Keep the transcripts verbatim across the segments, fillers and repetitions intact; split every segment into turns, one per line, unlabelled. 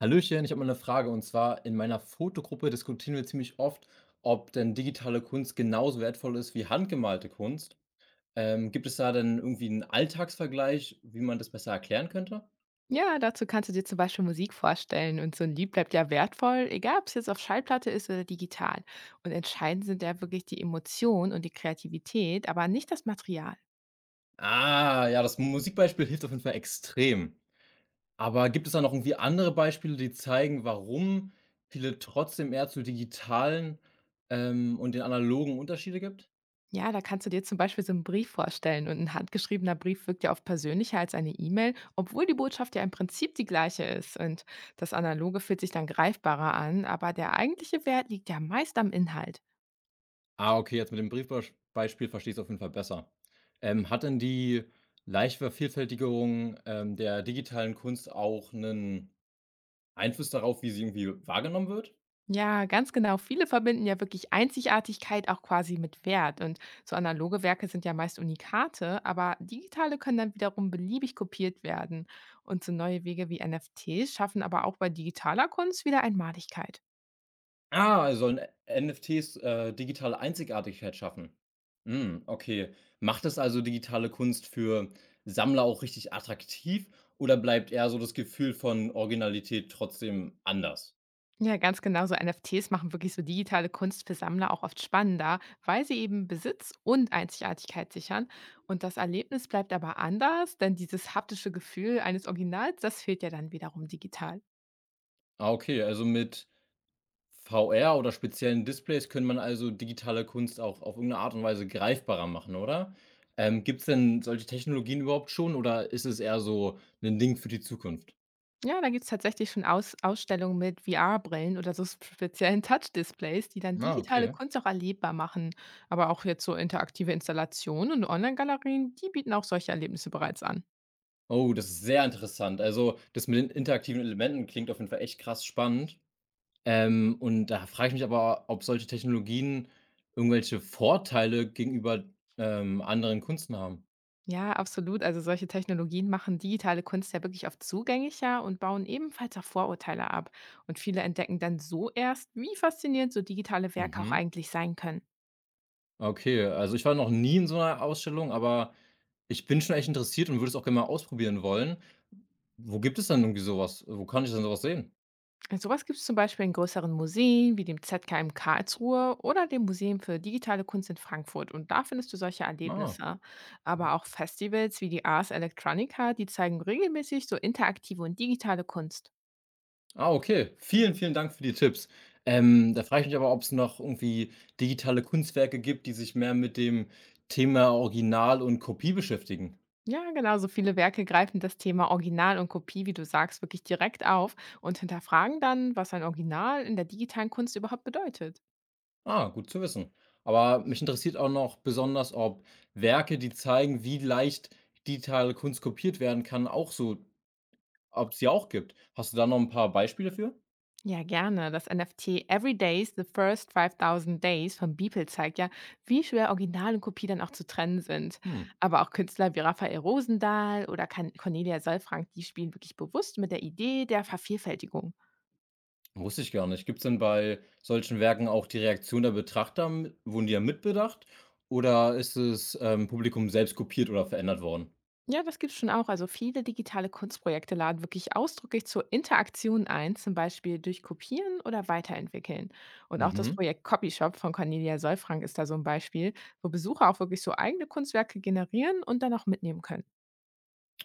Hallöchen, ich habe mal eine Frage und zwar in meiner Fotogruppe diskutieren wir ziemlich oft, ob denn digitale Kunst genauso wertvoll ist wie handgemalte Kunst. Ähm, gibt es da denn irgendwie einen Alltagsvergleich, wie man das besser erklären könnte?
Ja, dazu kannst du dir zum Beispiel Musik vorstellen und so ein Lied bleibt ja wertvoll, egal ob es jetzt auf Schallplatte ist oder digital. Und entscheidend sind ja wirklich die Emotionen und die Kreativität, aber nicht das Material.
Ah, ja, das Musikbeispiel hilft auf jeden Fall extrem. Aber gibt es da noch irgendwie andere Beispiele, die zeigen, warum viele trotzdem eher zu digitalen ähm, und den analogen Unterschiede gibt?
Ja, da kannst du dir zum Beispiel so einen Brief vorstellen und ein handgeschriebener Brief wirkt ja oft persönlicher als eine E-Mail, obwohl die Botschaft ja im Prinzip die gleiche ist. Und das Analoge fühlt sich dann greifbarer an, aber der eigentliche Wert liegt ja meist am Inhalt.
Ah, okay, jetzt mit dem Briefbeispiel verstehe ich es auf jeden Fall besser. Ähm, hat denn die Live-Vervielfältigung, ähm, der digitalen Kunst auch einen Einfluss darauf, wie sie irgendwie wahrgenommen wird?
Ja, ganz genau. Viele verbinden ja wirklich Einzigartigkeit auch quasi mit Wert. Und so analoge Werke sind ja meist Unikate, aber digitale können dann wiederum beliebig kopiert werden. Und so neue Wege wie N F Ts schaffen aber auch bei digitaler Kunst wieder Einmaligkeit.
Ah, also sollen N F Ts, äh, digitale Einzigartigkeit schaffen. Hm, okay. Macht das also digitale Kunst für Sammler auch richtig attraktiv oder bleibt eher so das Gefühl von Originalität trotzdem anders?
Ja, ganz genau. So N F Ts machen wirklich so digitale Kunst für Sammler auch oft spannender, weil sie eben Besitz und Einzigartigkeit sichern. Und das Erlebnis bleibt aber anders, denn dieses haptische Gefühl eines Originals, das fehlt ja dann wiederum digital.
Ah, okay, also mit V R oder speziellen Displays könnte man also digitale Kunst auch auf irgendeine Art und Weise greifbarer machen, oder? Ähm, Gibt es denn solche Technologien überhaupt schon oder ist es eher so ein Ding für die Zukunft?
Ja, da gibt's tatsächlich schon Aus Ausstellungen mit V R-Brillen oder so speziellen Touch-Displays, die dann
Ah,
digitale
okay.
Kunst auch erlebbar machen. Aber auch jetzt so interaktive Installationen und Online-Galerien, die bieten auch solche Erlebnisse bereits an.
Oh, das ist sehr interessant. Also, das mit den interaktiven Elementen klingt auf jeden Fall echt krass spannend. Ähm, und da frage ich mich aber, ob solche Technologien irgendwelche Vorteile gegenüber, ähm, anderen Kunsten haben?
Ja, absolut. Also solche Technologien machen digitale Kunst ja wirklich oft zugänglicher und bauen ebenfalls auch Vorurteile ab. Und viele entdecken dann so erst, wie faszinierend so digitale Werke auch
Mhm.
eigentlich sein können.
Okay, also ich war noch nie in so einer Ausstellung, aber ich bin schon echt interessiert und würde es auch gerne mal ausprobieren wollen. Wo gibt es denn irgendwie sowas? Wo kann ich denn sowas sehen?
Sowas gibt es zum Beispiel in größeren Museen wie dem Z K in Karlsruhe oder dem Museum für digitale Kunst in Frankfurt. Und da findest du solche
Ah.
Erlebnisse. Aber auch Festivals wie die Ars Electronica, die zeigen regelmäßig so interaktive und digitale Kunst.
Ah, okay. Vielen, vielen Dank für die Tipps. Ähm, da frage ich mich aber, ob es noch irgendwie digitale Kunstwerke gibt, die sich mehr mit dem Thema Original und Kopie beschäftigen.
Ja, genau, so viele Werke greifen das Thema Original und Kopie, wie du sagst, wirklich direkt auf und hinterfragen dann, was ein Original in der digitalen Kunst überhaupt bedeutet.
Ah, gut zu wissen. Aber mich interessiert auch noch besonders, ob Werke, die zeigen, wie leicht digitale Kunst kopiert werden kann, auch so, ob es die auch gibt. Hast du da noch ein paar Beispiele für?
Ja, gerne. Das N F T Every Days, The First fünftausend Days von Beeple zeigt ja, wie schwer Original und Kopie dann auch zu trennen sind.
Hm,
Aber auch Künstler wie Raphael Rosendahl oder Kan- Cornelia Solfrank, die spielen wirklich bewusst mit der Idee der Vervielfältigung.
wusste ich gar nicht. Gibt es denn bei solchen Werken auch die Reaktion der Betrachter, m wurden die ja mitbedacht oder ist es, ähm, Publikum selbst kopiert oder verändert worden?
Ja, das gibt es schon auch. Also viele digitale Kunstprojekte laden wirklich ausdrücklich zur Interaktion ein, zum Beispiel durch Kopieren oder Weiterentwickeln. Und auch das
Mhm.
Projekt Copyshop von Cornelia Solfrank ist da so ein Beispiel, wo Besucher auch wirklich so eigene Kunstwerke generieren und dann auch mitnehmen können.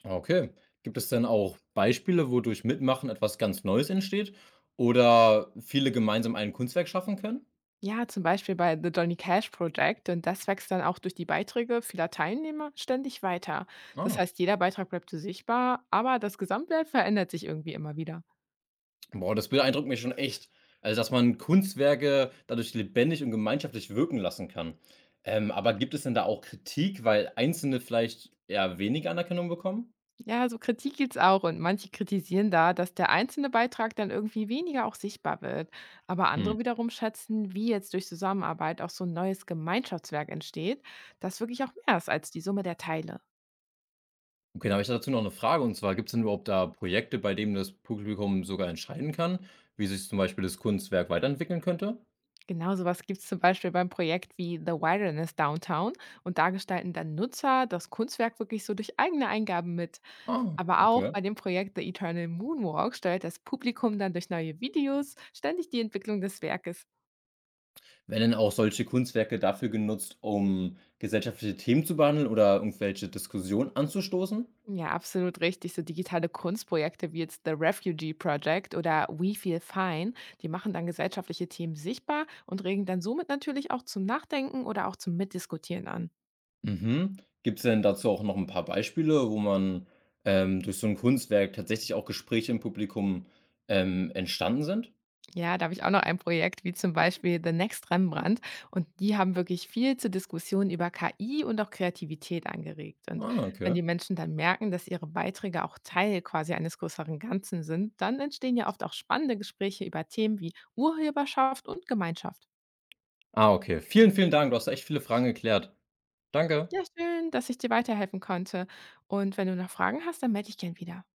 Okay. Gibt es denn auch Beispiele, wodurch Mitmachen etwas ganz Neues entsteht oder viele gemeinsam ein Kunstwerk schaffen können?
Ja, zum Beispiel bei The Johnny Cash Project, und das wächst dann auch durch die Beiträge vieler Teilnehmer ständig weiter. Das
Ah.
heißt, jeder Beitrag bleibt so sichtbar, aber das Gesamtbild verändert sich irgendwie immer wieder.
Boah, das beeindruckt mich schon echt. Also, dass man Kunstwerke dadurch lebendig und gemeinschaftlich wirken lassen kann. Ähm, aber gibt es denn da auch Kritik, weil Einzelne vielleicht eher weniger Anerkennung bekommen?
Ja, so Kritik gibt's auch und manche kritisieren da, dass der einzelne Beitrag dann irgendwie weniger auch sichtbar wird. Aber
Hm.
andere wiederum schätzen, wie jetzt durch Zusammenarbeit auch so ein neues Gemeinschaftswerk entsteht, das wirklich auch mehr ist als die Summe der Teile.
Okay, dann habe ich dazu noch eine Frage. Und zwar, gibt es denn überhaupt da Projekte, bei denen das Publikum sogar entscheiden kann, wie sich zum Beispiel das Kunstwerk weiterentwickeln könnte?
Genau, so was gibt's zum Beispiel beim Projekt wie The Wilderness Downtown und da gestalten dann Nutzer das Kunstwerk wirklich so durch eigene Eingaben mit.
Ah,
Aber auch
okay.
bei dem Projekt The Eternal Moonwalk steuert das Publikum dann durch neue Videos ständig die Entwicklung des Werkes.
Werden denn auch solche Kunstwerke dafür genutzt, um gesellschaftliche Themen zu behandeln oder irgendwelche Diskussionen anzustoßen?
Ja, absolut richtig. So digitale Kunstprojekte wie jetzt The Refugee Project oder We Feel Fine, die machen dann gesellschaftliche Themen sichtbar und regen dann somit natürlich auch zum Nachdenken oder auch zum Mitdiskutieren an.
Mhm. Gibt es denn dazu auch noch ein paar Beispiele, wo man, ähm, durch so ein Kunstwerk tatsächlich auch Gespräche im Publikum, ähm, entstanden sind?
Ja, da habe ich auch noch ein Projekt, wie zum Beispiel The Next Rembrandt. Und die haben wirklich viel zur Diskussion über K I und auch Kreativität angeregt. Und
Ah,
wenn
okay.
die Menschen dann merken, dass ihre Beiträge auch Teil quasi eines größeren Ganzen sind, dann entstehen ja oft auch spannende Gespräche über Themen wie Urheberschaft und Gemeinschaft.
Ah, okay. Vielen, vielen Dank. Du hast echt viele Fragen geklärt. Danke.
Ja, schön, dass ich dir weiterhelfen konnte. Und wenn du noch Fragen hast, dann melde dich gern wieder.